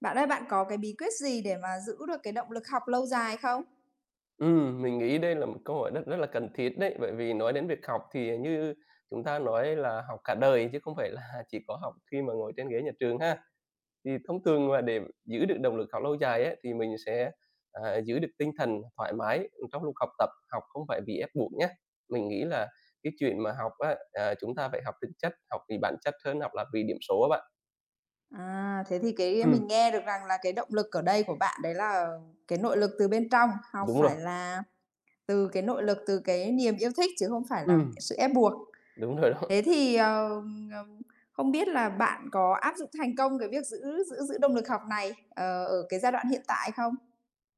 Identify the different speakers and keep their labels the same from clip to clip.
Speaker 1: Bạn ơi, bạn có cái bí quyết gì để mà giữ được cái động lực học lâu dài không?
Speaker 2: Mình nghĩ đây là một câu hỏi rất rất là cần thiết đấy, bởi vì nói đến việc học thì như chúng ta nói là học cả đời chứ không phải là chỉ có học khi mà ngồi trên ghế nhà trường ha. Thì thông thường mà để giữ được động lực học lâu dài ấy, thì mình sẽ, giữ được tinh thần thoải mái trong lúc học tập, học không phải vì ép buộc nhé. Mình nghĩ là cái chuyện mà học á, chúng ta phải học thực chất, học vì bản chất hơn học là vì điểm số á bạn.
Speaker 1: À, thế thì cái
Speaker 2: Ừm,
Speaker 1: mình nghe được rằng là cái động lực ở đây của bạn đấy là cái nội lực từ bên trong, học
Speaker 2: đúng rồi,
Speaker 1: phải là từ cái nội lực từ cái niềm yêu thích chứ không phải là
Speaker 2: ừm,
Speaker 1: sự ép buộc.
Speaker 2: đúng rồi đó.
Speaker 1: Thế thì, không biết là bạn có áp dụng thành công cái việc giữ giữ giữ động lực học này, ở cái giai đoạn hiện tại không?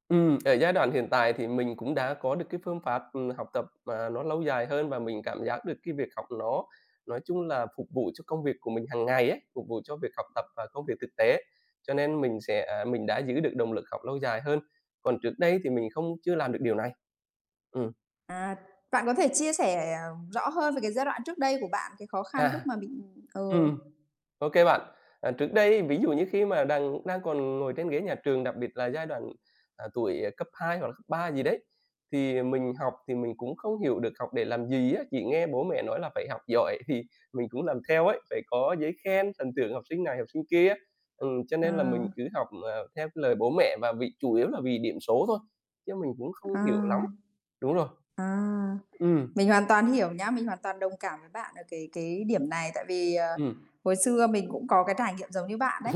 Speaker 2: Ở giai đoạn hiện tại thì mình cũng đã có được cái phương pháp, học tập mà nó lâu dài hơn và mình cảm giác được cái việc học nó nói chung là phục vụ cho công việc của mình hàng ngày ấy, phục vụ cho việc học tập và công việc thực tế. Cho nên mình sẽ mình đã giữ được động lực học lâu dài hơn, còn trước đây thì mình không chưa làm được điều này. Ừm,
Speaker 1: À, bạn có thể chia sẻ, rõ hơn về cái giai đoạn trước đây của bạn, cái khó khăn lúc
Speaker 2: à,
Speaker 1: mà bị ừ,
Speaker 2: ừm. OK bạn. Trước đây ví dụ như khi mà đang đang còn ngồi trên ghế nhà trường, đặc biệt là giai đoạn, tuổi cấp 2 hoặc là cấp 3 gì đấy, thì mình học thì mình cũng không hiểu được học để làm gì á, chỉ nghe bố mẹ nói là phải học giỏi thì mình cũng làm theo ấy, phải có giấy khen, thần tượng học sinh này, học sinh kia. Cho nên là mình
Speaker 1: à,
Speaker 2: cứ học, theo cái lời bố mẹ và vì chủ yếu là vì điểm số thôi, chứ mình cũng không hiểu lắm.
Speaker 1: à,
Speaker 2: Đúng rồi,
Speaker 1: à.
Speaker 2: ừ,
Speaker 1: Mình hoàn toàn hiểu nhá, mình hoàn toàn đồng cảm với bạn ở cái điểm này, tại vì,
Speaker 2: ừm,
Speaker 1: hồi xưa mình cũng có cái trải nghiệm giống như bạn đấy.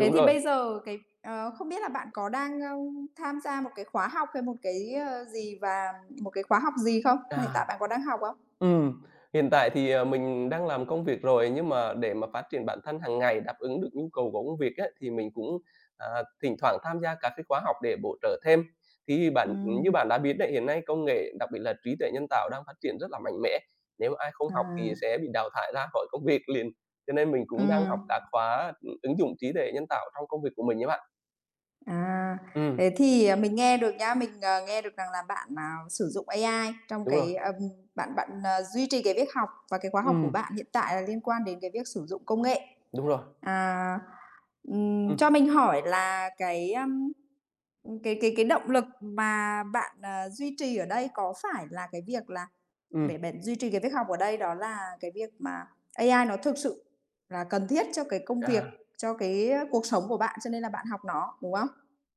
Speaker 1: Thế thì
Speaker 2: rồi.
Speaker 1: bây giờ cái không biết là bạn có đang, tham gia một cái khóa học hay một cái, gì và một cái khóa học gì không? Mà hiện tại
Speaker 2: À.
Speaker 1: bạn có đang học không?
Speaker 2: Ừm, hiện tại thì, mình đang làm công việc rồi, nhưng mà để mà phát triển bản thân hàng ngày, đáp ứng được nhu cầu của công việc á, thì mình cũng, à, thỉnh thoảng tham gia các cái khóa học để bổ trợ thêm. Thì bạn như
Speaker 1: Ừm,
Speaker 2: bạn đã biết đấy, hiện nay công nghệ, đặc biệt là trí tuệ nhân tạo đang phát triển rất là mạnh mẽ, nếu ai không học thì
Speaker 1: à,
Speaker 2: sẽ bị đào thải ra khỏi công việc liền. Cho nên mình cũng đang
Speaker 1: ừm,
Speaker 2: học các khóa, ứng dụng trí tuệ nhân tạo trong công việc của mình nhé bạn.
Speaker 1: à,
Speaker 2: Ừm,
Speaker 1: thế thì, à, mình nghe được nhá, mình, nghe được rằng là bạn, sử dụng AI trong
Speaker 2: đúng rồi.
Speaker 1: cái, bạn bạn, duy trì cái việc học và cái khóa học của
Speaker 2: Ừm,
Speaker 1: bạn hiện tại là liên quan đến cái việc sử dụng công nghệ.
Speaker 2: đúng rồi.
Speaker 1: À, cho
Speaker 2: Ừ.
Speaker 1: mình hỏi là cái, cái động lực mà bạn, duy trì ở đây có phải là cái việc là để
Speaker 2: ừm,
Speaker 1: bạn duy trì cái việc học ở đây đó là cái việc mà AI nó thực sự là cần thiết cho cái công việc,
Speaker 2: à.
Speaker 1: cho cái cuộc sống của bạn, cho nên là bạn học nó, đúng không?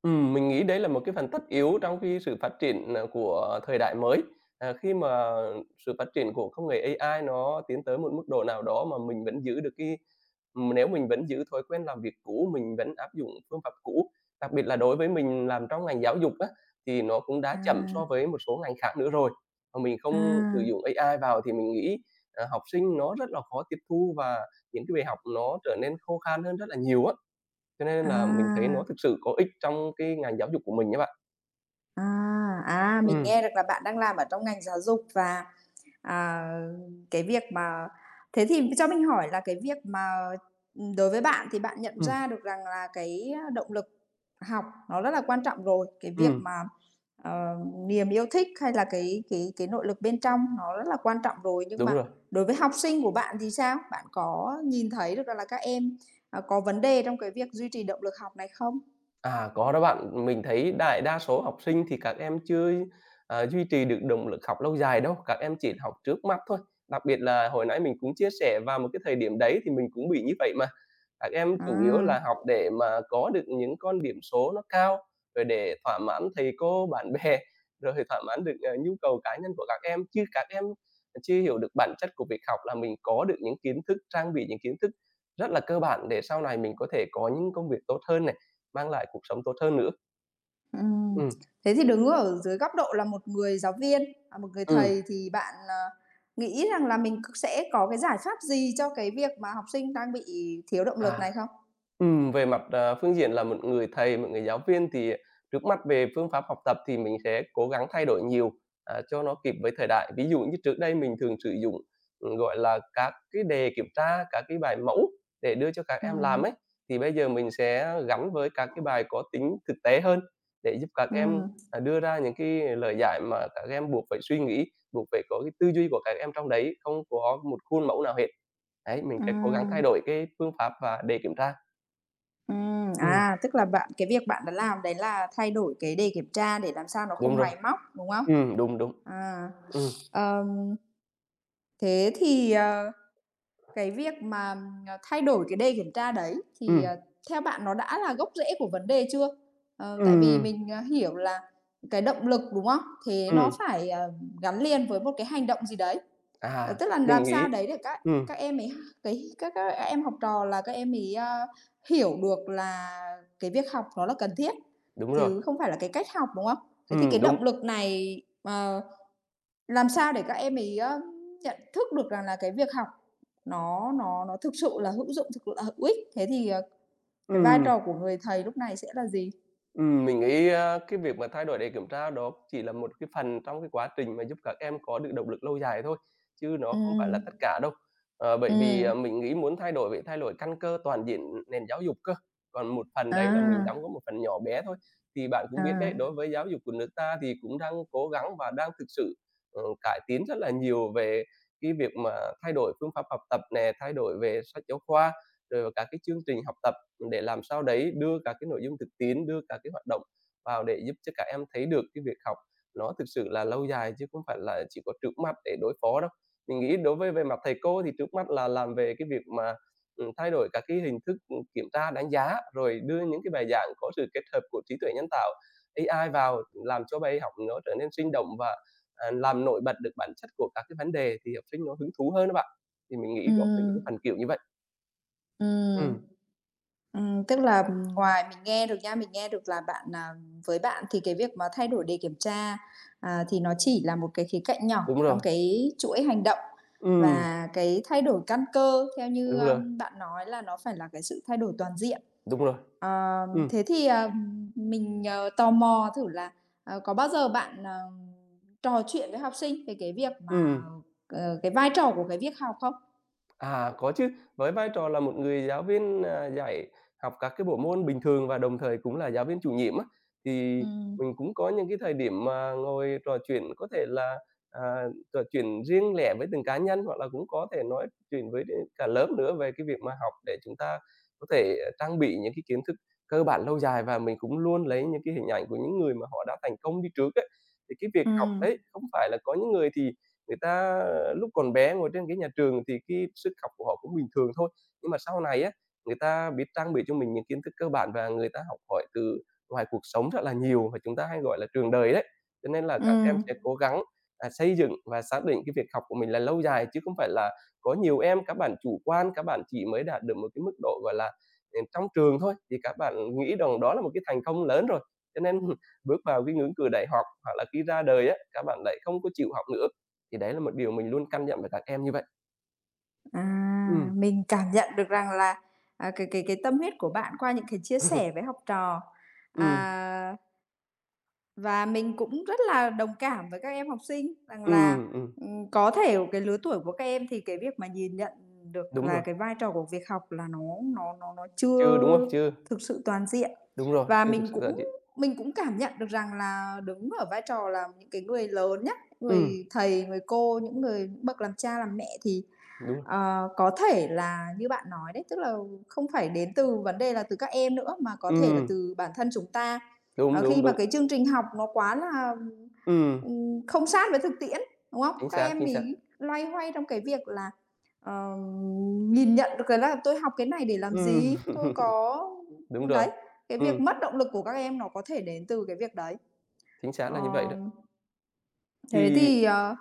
Speaker 2: Mình nghĩ đấy là một cái phần tất yếu trong cái sự phát triển, của thời đại mới. Khi mà sự phát triển của công nghệ AI nó tiến tới một mức độ nào đó mà mình vẫn giữ được cái nếu mình vẫn giữ thói quen làm việc cũ, mình vẫn áp dụng phương pháp cũ, đặc biệt là đối với mình làm trong ngành giáo dục á, thì nó cũng
Speaker 1: À,
Speaker 2: đã chậm so với một số ngành khác nữa rồi. Mà mình không sử
Speaker 1: à,
Speaker 2: dụng AI vào thì mình nghĩ, học sinh nó rất là khó tiếp thu và những cái bài học nó trở nên khô khan hơn rất là nhiều á. Cho nên là mình thấy
Speaker 1: à,
Speaker 2: nó thực sự có ích trong cái ngành giáo dục của mình á bạn.
Speaker 1: mình
Speaker 2: Ừm,
Speaker 1: nghe được là bạn đang làm ở trong ngành giáo dục và. À, cái việc mà thế thì cho mình hỏi là cái việc mà, đối với bạn thì bạn nhận
Speaker 2: ừm,
Speaker 1: ra được rằng là cái, động lực học nó rất là quan trọng rồi, cái việc
Speaker 2: ừm.
Speaker 1: mà, ờ, niềm yêu thích hay là cái nội lực bên trong nó rất là quan trọng rồi. Nhưng
Speaker 2: Đúng
Speaker 1: mà
Speaker 2: rồi.
Speaker 1: đối với học sinh của bạn thì sao? Bạn có nhìn thấy được rằng là các em, có vấn đề trong cái việc duy trì động lực học này không?
Speaker 2: Có đó bạn. Mình thấy đại đa số học sinh thì các em chưa, duy trì được động lực học lâu dài đâu, các em chỉ học trước mắt thôi. Đặc biệt là hồi nãy mình cũng chia sẻ vào một cái thời điểm đấy thì mình cũng bị như vậy mà. Các em chủ yếu
Speaker 1: À.
Speaker 2: là học để mà có được những con điểm số nó cao, rồi để thỏa mãn thầy cô, bạn bè, rồi thỏa mãn được, nhu cầu cá nhân của các em, chứ các em chưa hiểu được bản chất của việc học là mình có được những kiến thức, trang bị những kiến thức rất là cơ bản để sau này mình có thể có những công việc tốt hơn này, mang lại cuộc sống tốt hơn nữa.
Speaker 1: Ừm,
Speaker 2: ừ
Speaker 1: thế thì đứng ở dưới góc độ là một người giáo viên, à, một người
Speaker 2: ừ
Speaker 1: thầy thì bạn, nghĩ rằng là mình c sẽ có cái giải pháp gì cho cái việc mà học sinh đang bị thiếu động lực
Speaker 2: à.
Speaker 1: này không?
Speaker 2: Về mặt, phương diện là một người thầy, một người giáo viên thì trước mắt về phương pháp học tập thì mình sẽ cố gắng thay đổi nhiều, cho nó kịp với thời đại. Ví dụ như trước đây mình thường sử dụng, gọi là, các cái đề kiểm tra, các cái bài mẫu để đưa cho các em làm
Speaker 1: Ừm,
Speaker 2: ấy, thì bây giờ mình sẽ gắn với các cái bài có tính thực tế hơn để giúp các em,
Speaker 1: ừm,
Speaker 2: đưa ra những cái lời giải mà các em buộc phải suy nghĩ, buộc phải có cái tư duy của các em trong đấy, không có một khuôn mẫu nào hết. Đấy, mình sẽ cố gắng thay
Speaker 1: ừm,
Speaker 2: đổi cái phương pháp và đề kiểm tra. Ừm.
Speaker 1: à, tức là bạn cái việc bạn đã làm đấy là thay đổi cái đề kiểm tra để làm sao nó
Speaker 2: Đúng
Speaker 1: không máy
Speaker 2: rồi.
Speaker 1: móc, đúng không?
Speaker 2: Đúng, đúng.
Speaker 1: À,
Speaker 2: Ừm,
Speaker 1: ờm, thế thì, ờ. Cái việc mà, thay đổi cái đề kiểm tra đấy thì,
Speaker 2: ừm,
Speaker 1: theo bạn nó đã là gốc rễ của vấn đề chưa? Ờ, tại vì
Speaker 2: ừm,
Speaker 1: mình, hiểu là cái động lực, đúng không? Thế nó
Speaker 2: ừm,
Speaker 1: phải, gắn liền với một cái hành động gì đấy, tức là làm
Speaker 2: mình
Speaker 1: sao
Speaker 2: nghĩ
Speaker 1: đấy để các
Speaker 2: ừm,
Speaker 1: em ấy cái các em học trò là các em ấy, hiểu được là cái việc học nó là cần thiết,
Speaker 2: đúng rồi,
Speaker 1: chứ không phải là cái cách học, đúng không? Thế thì cái
Speaker 2: đúng,
Speaker 1: động lực này, ờ làm sao để các em ấy, nhận thức được rằng là cái việc học nó thực sự là hữu dụng, thực sự là hữu ích? Thế thì, cái vai
Speaker 2: ừm.
Speaker 1: trò của người thầy lúc này sẽ là gì?
Speaker 2: Mình nghĩ, cái việc mà thay đổi để kiểm tra đó chỉ là một cái phần trong cái quá trình mà giúp các em có được động lực lâu dài thôi, chứ nó không phải là
Speaker 1: Ừm,
Speaker 2: tất cả đâu. Bởi vì,
Speaker 1: ừm,
Speaker 2: mình nghĩ muốn thay đổi phải thay đổi căn cơ toàn diện nền giáo dục cơ, còn một phần đấy là mình
Speaker 1: à,
Speaker 2: đóng góp một phần nhỏ bé thôi. Thì bạn cũng biết đấy,
Speaker 1: à,
Speaker 2: đối với giáo dục của nước ta thì cũng đang cố gắng và đang thực sự, cải tiến rất là nhiều về cái việc mà thay đổi phương pháp học tập nè, thay đổi về sách giáo khoa, rồi là các cái chương trình học tập để làm sao đấy đưa các cái nội dung thực tiễn, đưa các cái hoạt động vào để giúp cho các em thấy được cái việc học nó thực sự là lâu dài chứ không phải là chỉ có trước mắt để đối phó đâu. Mình nghĩ đối với về mặt thầy cô thì trước mắt là làm về cái việc mà, thay đổi các cái hình thức, kiểm tra, đánh giá, rồi đưa những cái bài giảng có sự kết hợp của trí tuệ nhân tạo, AI vào làm cho bài học nó trở nên sinh động và, làm nổi bật được bản chất của các cái vấn đề thì học sinh nó hứng thú hơn đó bạn. Thì mình nghĩ có về những
Speaker 1: ừm,
Speaker 2: cái phần kiểu như vậy.
Speaker 1: ừm,
Speaker 2: Ừm,
Speaker 1: tức là, ngoài mình nghe được nha, mình nghe được là bạn, với bạn thì cái việc mà thay đổi đề kiểm tra, thì nó chỉ là một cái khía cạnh nhỏ
Speaker 2: đúng
Speaker 1: trong
Speaker 2: rồi.
Speaker 1: cái chuỗi hành động
Speaker 2: Ừm,
Speaker 1: và cái thay đổi căn cơ theo như,
Speaker 2: đúng rồi.
Speaker 1: bạn nói là nó phải là cái sự thay đổi toàn diện.
Speaker 2: Đúng rồi.
Speaker 1: Ờ,
Speaker 2: ừ,
Speaker 1: thế thì, mình, tò mò thử là, có bao giờ bạn, trò chuyện với học sinh về cái việc mà,
Speaker 2: ừm.
Speaker 1: cái vai trò của cái việc học không?
Speaker 2: Có chứ, với vai trò là một người giáo viên, dạy học các cái bộ môn bình thường và đồng thời cũng là giáo viên chủ nhiệm á, thì
Speaker 1: Ừm,
Speaker 2: mình cũng có những cái thời điểm mà ngồi trò chuyện có thể là, à, trò chuyện riêng lẻ với từng cá nhân hoặc là cũng có thể nói chuyện với cả lớp nữa về cái việc mà học để chúng ta có thể trang bị những cái kiến thức cơ bản lâu dài và mình cũng luôn lấy những cái hình ảnh của những người mà họ đã thành công đi trước ấy. Thì cái việc học
Speaker 1: ừm,
Speaker 2: đấy không phải là có những người thì người ta lúc còn bé ngồi trên ghế nhà trường thì cái sức học của họ cũng bình thường thôi, nhưng mà sau này á, người ta biết trang bị cho mình những kiến thức cơ bản và người ta học hỏi từ ngoài cuộc sống rất là nhiều và chúng ta hay gọi là trường đời đấy. Cho nên là các em
Speaker 1: ừm.
Speaker 2: sẽ cố gắng, xây dựng và xác định cái việc học của mình là lâu dài chứ không phải là có nhiều em các bạn chủ quan, các bạn chỉ mới đạt được một cái mức độ, gọi là, trong trường thôi, thì các bạn nghĩ rằng đó là một cái thành công lớn rồi. Cho nên bước vào cái ngưỡng cửa đại học hoặc là khi ra đời á, các bạn lại không có chịu học nữa. Thì đấy là một điều mình luôn căn dặn với các em như vậy.
Speaker 1: À,
Speaker 2: Ừm,
Speaker 1: mình cảm nhận được rằng là, à, cái tâm huyết của bạn qua những cái chia sẻ với học trò.
Speaker 2: ừm,
Speaker 1: À. Và mình cũng rất là đồng cảm với các em học sinh rằng là,
Speaker 2: ừm, ừm,
Speaker 1: có thể cái lứa tuổi của các em thì cái việc mà nhìn nhận được
Speaker 2: đúng
Speaker 1: là cái
Speaker 2: rồi,
Speaker 1: vai trò của việc học là nó
Speaker 2: chưa, đúng
Speaker 1: chưa
Speaker 2: không? Chưa,
Speaker 1: thực sự toàn diện.
Speaker 2: đúng rồi,
Speaker 1: Và
Speaker 2: chưa thực
Speaker 1: mình
Speaker 2: sự là
Speaker 1: cũng
Speaker 2: chị
Speaker 1: mình cũng cảm nhận được rằng là đứng ở vai trò là những cái người lớn nhất
Speaker 2: Ừm,
Speaker 1: người thầy, người cô, những người những bậc làm cha làm mẹ thì.
Speaker 2: đúng, rồi.
Speaker 1: Ờ, có thể là như bạn nói đấy, tức là không phải đến từ vấn đề là từ các em nữa, mà có thể là
Speaker 2: ừm,
Speaker 1: từ bản thân chúng ta.
Speaker 2: đúng,
Speaker 1: Ờ, khi
Speaker 2: đúng,
Speaker 1: mà
Speaker 2: đúng,
Speaker 1: cái chương trình học nó quá là,
Speaker 2: ừm,
Speaker 1: không sát với thực tiễn, đúng không? Các em
Speaker 2: chính xác,
Speaker 1: ấy loay hoay trong cái việc là, ờ, nhìn nhận được cái là "Tôi học cái này để làm
Speaker 2: ừm,
Speaker 1: gì? Tôi có"
Speaker 2: đúng
Speaker 1: đấy,
Speaker 2: rồi,
Speaker 1: cái việc
Speaker 2: ừm,
Speaker 1: mất động lực của các em nó có thể đến từ cái việc đấy.
Speaker 2: chính xác là
Speaker 1: Ờ,
Speaker 2: như vậy đó.
Speaker 1: thế
Speaker 2: Thì
Speaker 1: thì,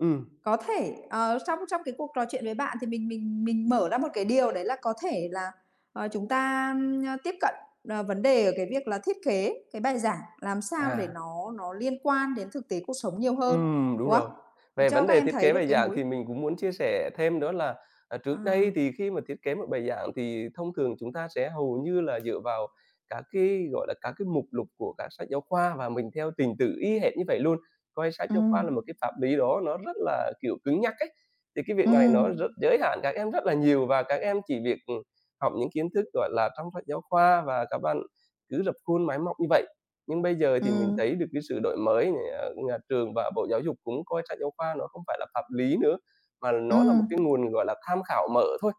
Speaker 2: ừm,
Speaker 1: có thể, trong trong cái cuộc trò chuyện với bạn thì mình mở ra một cái điều đấy là có thể là, chúng ta, tiếp cận, vấn đề ở cái việc là thiết kế cái bài giảng làm sao để
Speaker 2: à.
Speaker 1: nó liên quan đến thực tế cuộc sống nhiều hơn,
Speaker 2: Đúng
Speaker 1: đúng
Speaker 2: rồi.
Speaker 1: không? Ờ,
Speaker 2: Về
Speaker 1: cho
Speaker 2: vấn
Speaker 1: các
Speaker 2: đề
Speaker 1: em
Speaker 2: thiết
Speaker 1: thấy
Speaker 2: kế
Speaker 1: được
Speaker 2: bài
Speaker 1: cái
Speaker 2: giảng
Speaker 1: mối
Speaker 2: thì mình cũng muốn chia sẻ thêm đó là, trước
Speaker 1: ờ,
Speaker 2: đây thì khi mà thiết kế một bài giảng thì thông thường chúng ta sẽ hầu như là dựa vào các cái, gọi là, các cái mục lục của các sách giáo khoa và mình theo trình tự y hệt như vậy luôn, coi sách
Speaker 1: ừ
Speaker 2: giáo khoa là một cái pháp lý đó nó rất là, kiểu, cứng nhắc ấy. Thì cái việc
Speaker 1: ừ
Speaker 2: này nó rất giới hạn các em rất là nhiều và các em chỉ việc, học những kiến thức, gọi là, trong sách giáo khoa và các bạn cứ rập khuôn máy móc như vậy. Nhưng bây giờ
Speaker 1: ừ
Speaker 2: thì mình thấy được cái sự đổi mới này, nhà trường và Bộ Giáo dục cũng coi sách giáo khoa nó không phải là pháp lý nữa, mà nó là một
Speaker 1: ừm,
Speaker 2: cái nguồn, gọi là, tham khảo mở thôi,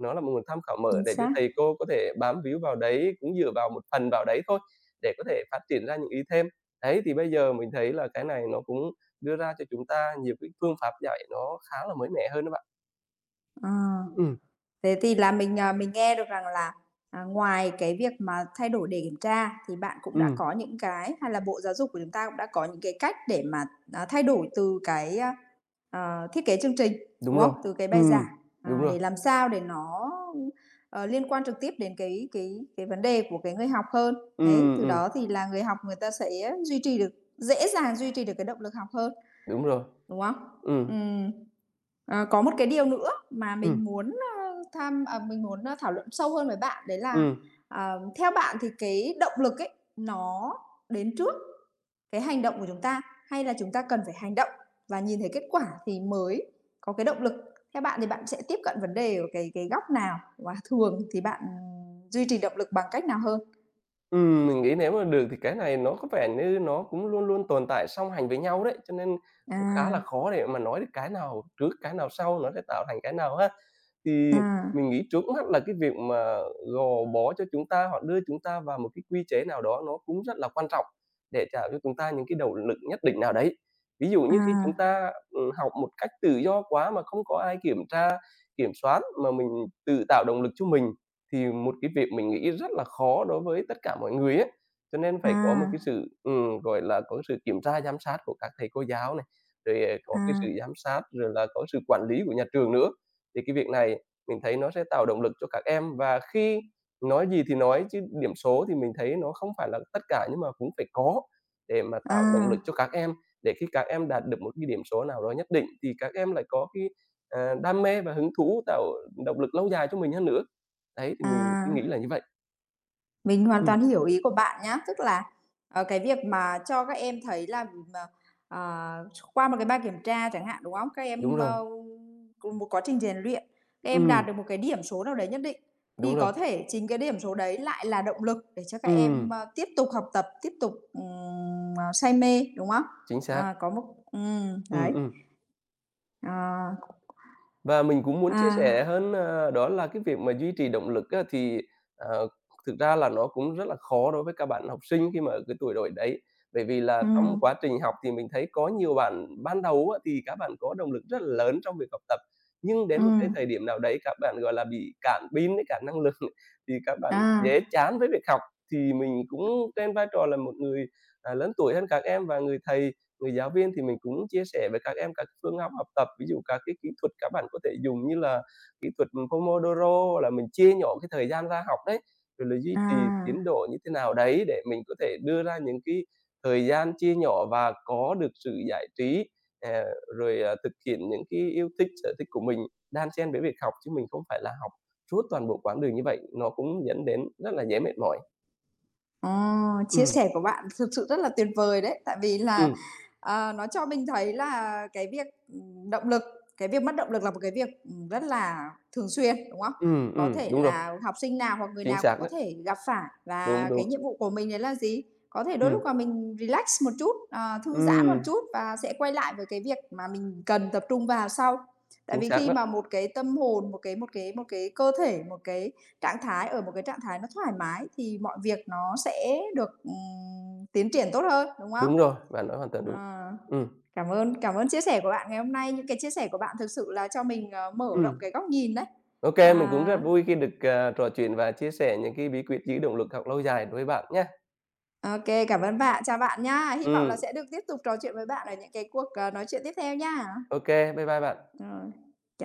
Speaker 2: nó là một nguồn tham khảo mở
Speaker 1: chính
Speaker 2: để cho
Speaker 1: xác,
Speaker 2: thầy cô có thể bám víu vào đấy, cũng dựa vào một phần vào đấy thôi, để có thể phát triển ra những ý thêm. Đấy, thì bây giờ mình thấy là cái này nó cũng đưa ra cho chúng ta nhiều cái phương pháp dạy nó khá là mới mẻ hơn đó bạn.
Speaker 1: ờ.
Speaker 2: Ừm,
Speaker 1: Thế thì là mình, mình nghe được rằng là, ngoài cái việc mà thay đổi đề kiểm tra thì bạn cũng đã
Speaker 2: ừm,
Speaker 1: có những cái hay là Bộ Giáo dục của chúng ta cũng đã có những cái cách để mà, thay đổi từ cái, thiết kế chương trình,
Speaker 2: đúng
Speaker 1: đúng
Speaker 2: rồi.
Speaker 1: không? Từ cái bài giảng,
Speaker 2: Ừm, đúng rồi.
Speaker 1: để làm sao để nó, liên quan trực tiếp đến cái vấn đề của cái người học hơn. Đấy,
Speaker 2: Ừm,
Speaker 1: từ
Speaker 2: ừm,
Speaker 1: đó thì là người học người ta sẽ duy trì được dễ dàng duy trì được cái động lực học hơn.
Speaker 2: đúng rồi.
Speaker 1: Đúng không?
Speaker 2: Ừm,
Speaker 1: Ừm. Ờ, có một cái điều nữa mà
Speaker 2: ừm,
Speaker 1: mình muốn, mình muốn, thảo luận sâu hơn với bạn đấy là,
Speaker 2: ừm.
Speaker 1: theo bạn thì cái động lực ấy, nó đến trước cái hành động của chúng ta, hay là chúng ta cần phải hành động và nhìn thấy kết quả thì mới có cái động lực? Theo bạn thì bạn sẽ tiếp cận vấn đề ở cái góc nào? Và thường thì bạn duy trì động lực bằng cách nào hơn?
Speaker 2: Mình nghĩ nếu mà được thì cái này nó có vẻ như nó cũng luôn luôn tồn tại song hành với nhau đấy, cho nên cũng khá
Speaker 1: À,
Speaker 2: là khó để mà nói được cái nào trước cái nào sau, nó sẽ tạo thành cái nào ha. Thì
Speaker 1: à,
Speaker 2: mình nghĩ trước mắt là cái việc mà gò bó cho chúng ta hoặc đưa chúng ta vào một cái quy chế nào đó nó cũng rất là quan trọng để trả cho chúng ta những cái động lực nhất định nào đấy. Ví dụ như khi chúng
Speaker 1: à,
Speaker 2: ta, học một cách tự do quá mà không có ai kiểm tra, kiểm soát mà mình tự tạo động lực cho mình, thì một cái việc mình nghĩ rất là khó đối với tất cả mọi người ấy. Cho nên phải có một cái sự, gọi là, có sự kiểm tra giám sát của các thầy cô giáo này, rồi,
Speaker 1: à,
Speaker 2: có cái
Speaker 1: à,
Speaker 2: sự giám sát, rồi là có sự quản lý của nhà trường nữa. Thì cái việc này mình thấy nó sẽ tạo động lực cho các em và khi nói gì thì nói chứ điểm số thì mình thấy nó không phải là tất cả nhưng mà cũng phải có để mà tạo động lực
Speaker 1: à,
Speaker 2: cho các em, để khi các em đạt được một cái điểm số nào đó nhất định thì các em lại có cái, đam mê và hứng thú tạo động lực lâu dài cho mình hơn nữa. Đấy, thì mình suy nghĩ
Speaker 1: à.
Speaker 2: là như vậy.
Speaker 1: Mình hoàn
Speaker 2: Ừm,
Speaker 1: toàn hiểu ý của bạn nhá. Tức là, cái việc mà cho các em thấy là, ờ, qua một cái bài kiểm tra chẳng hạn, đúng không? Các
Speaker 2: đúng
Speaker 1: em,
Speaker 2: rồi.
Speaker 1: cùng một quá trình rèn luyện, các em đạt
Speaker 2: Ừm,
Speaker 1: được một cái điểm số nào đấy nhất định, thì
Speaker 2: đúng rồi.
Speaker 1: có thể chính cái điểm số đấy lại là động lực để cho các em,
Speaker 2: Ừm,
Speaker 1: tiếp tục học tập, tiếp tục, say mê, đúng không?
Speaker 2: chính xác.
Speaker 1: À, có một
Speaker 2: Ừm,
Speaker 1: đấy,
Speaker 2: ừm.
Speaker 1: à,
Speaker 2: Và mình cũng muốn chia sẻ
Speaker 1: à,
Speaker 2: hơn, đó là cái việc mà duy trì động lực á, thì, ờ, thực ra là nó cũng rất là khó đối với các bạn học sinh khi mà ở cái tuổi đời đấy. Bởi vì là trong
Speaker 1: ừm,
Speaker 2: quá trình học thì mình thấy có nhiều bạn ban đầu á, thì các bạn có động lực rất là lớn trong việc học tập, nhưng đến một cái thời
Speaker 1: ừm,
Speaker 2: điểm nào đấy các bạn, gọi là, bị cạn pin với cả năng lượng, thì các bạn
Speaker 1: à,
Speaker 2: dễ chán với việc học. Thì mình cũng trên vai trò là một người, lớn tuổi hơn các em và Người giáo viên thì mình cũng chia sẻ với các em các phương pháp học tập, ví dụ các cái kỹ thuật các bạn có thể dùng như là kỹ thuật, Pomodoro là mình chia nhỏ cái thời gian ra học đấy, rồi là duy trì tiến
Speaker 1: à.
Speaker 2: độ như thế nào đấy để mình có thể đưa ra những cái thời gian chia nhỏ và có được sự giải trí, ờ, thực hiện những cái yêu thích, sở thích của mình đan xen với việc học, chứ mình không phải là học suốt toàn bộ quãng đường như vậy, nó cũng dẫn đến rất là dễ mệt mỏi.
Speaker 1: Ờ, chia
Speaker 2: Ừm,
Speaker 1: sẻ của bạn thực sự rất là tuyệt vời đấy, tại vì là.
Speaker 2: ừm,
Speaker 1: Ờ, nó cho mình thấy là cái việc, động lực, cái việc mất động lực là một cái việc, rất là thường xuyên, đúng không? Có thể
Speaker 2: đúng rồi,
Speaker 1: là học sinh nào hoặc người
Speaker 2: chính
Speaker 1: nào cũng
Speaker 2: xác
Speaker 1: có
Speaker 2: đó.
Speaker 1: thể gặp phải
Speaker 2: Đúng,
Speaker 1: và cái
Speaker 2: đúng.
Speaker 1: nhiệm vụ của mình đấy là gì? Có thể đôi
Speaker 2: Ừm.
Speaker 1: lúc mà mình relax một chút, thư giãn một
Speaker 2: Ừm,
Speaker 1: chút và sẽ quay lại với cái việc mà mình cần tập trung vào sau. Tại
Speaker 2: chính
Speaker 1: vì
Speaker 2: xác
Speaker 1: khi
Speaker 2: đó.
Speaker 1: mà một cái tâm hồn, một cái cơ thể, một cái trạng thái ở một cái trạng thái nó thoải mái thì mọi việc nó sẽ được, tiến triển tốt hơn, đúng không?
Speaker 2: Đúng rồi, bạn nói hoàn toàn đúng.
Speaker 1: À,
Speaker 2: Ừm,
Speaker 1: cảm ơn chia sẻ của bạn ngày hôm nay. Những cái chia sẻ của bạn thực sự là cho mình, mở rộng
Speaker 2: ừm.
Speaker 1: cái góc nhìn đấy.
Speaker 2: OK, mình cũng rất
Speaker 1: À,
Speaker 2: vui khi được, trò chuyện và chia sẻ những cái bí quyết giữ động lực học lâu dài với bạn nhá.
Speaker 1: ô cảm ơn bạn, chào bạn nha. Hy vọng là
Speaker 2: Ừm,
Speaker 1: sẽ được tiếp tục trò chuyện với bạn ở những cái cuộc, nói chuyện tiếp theo nha.
Speaker 2: OK, bye bye bạn.
Speaker 1: Rồi.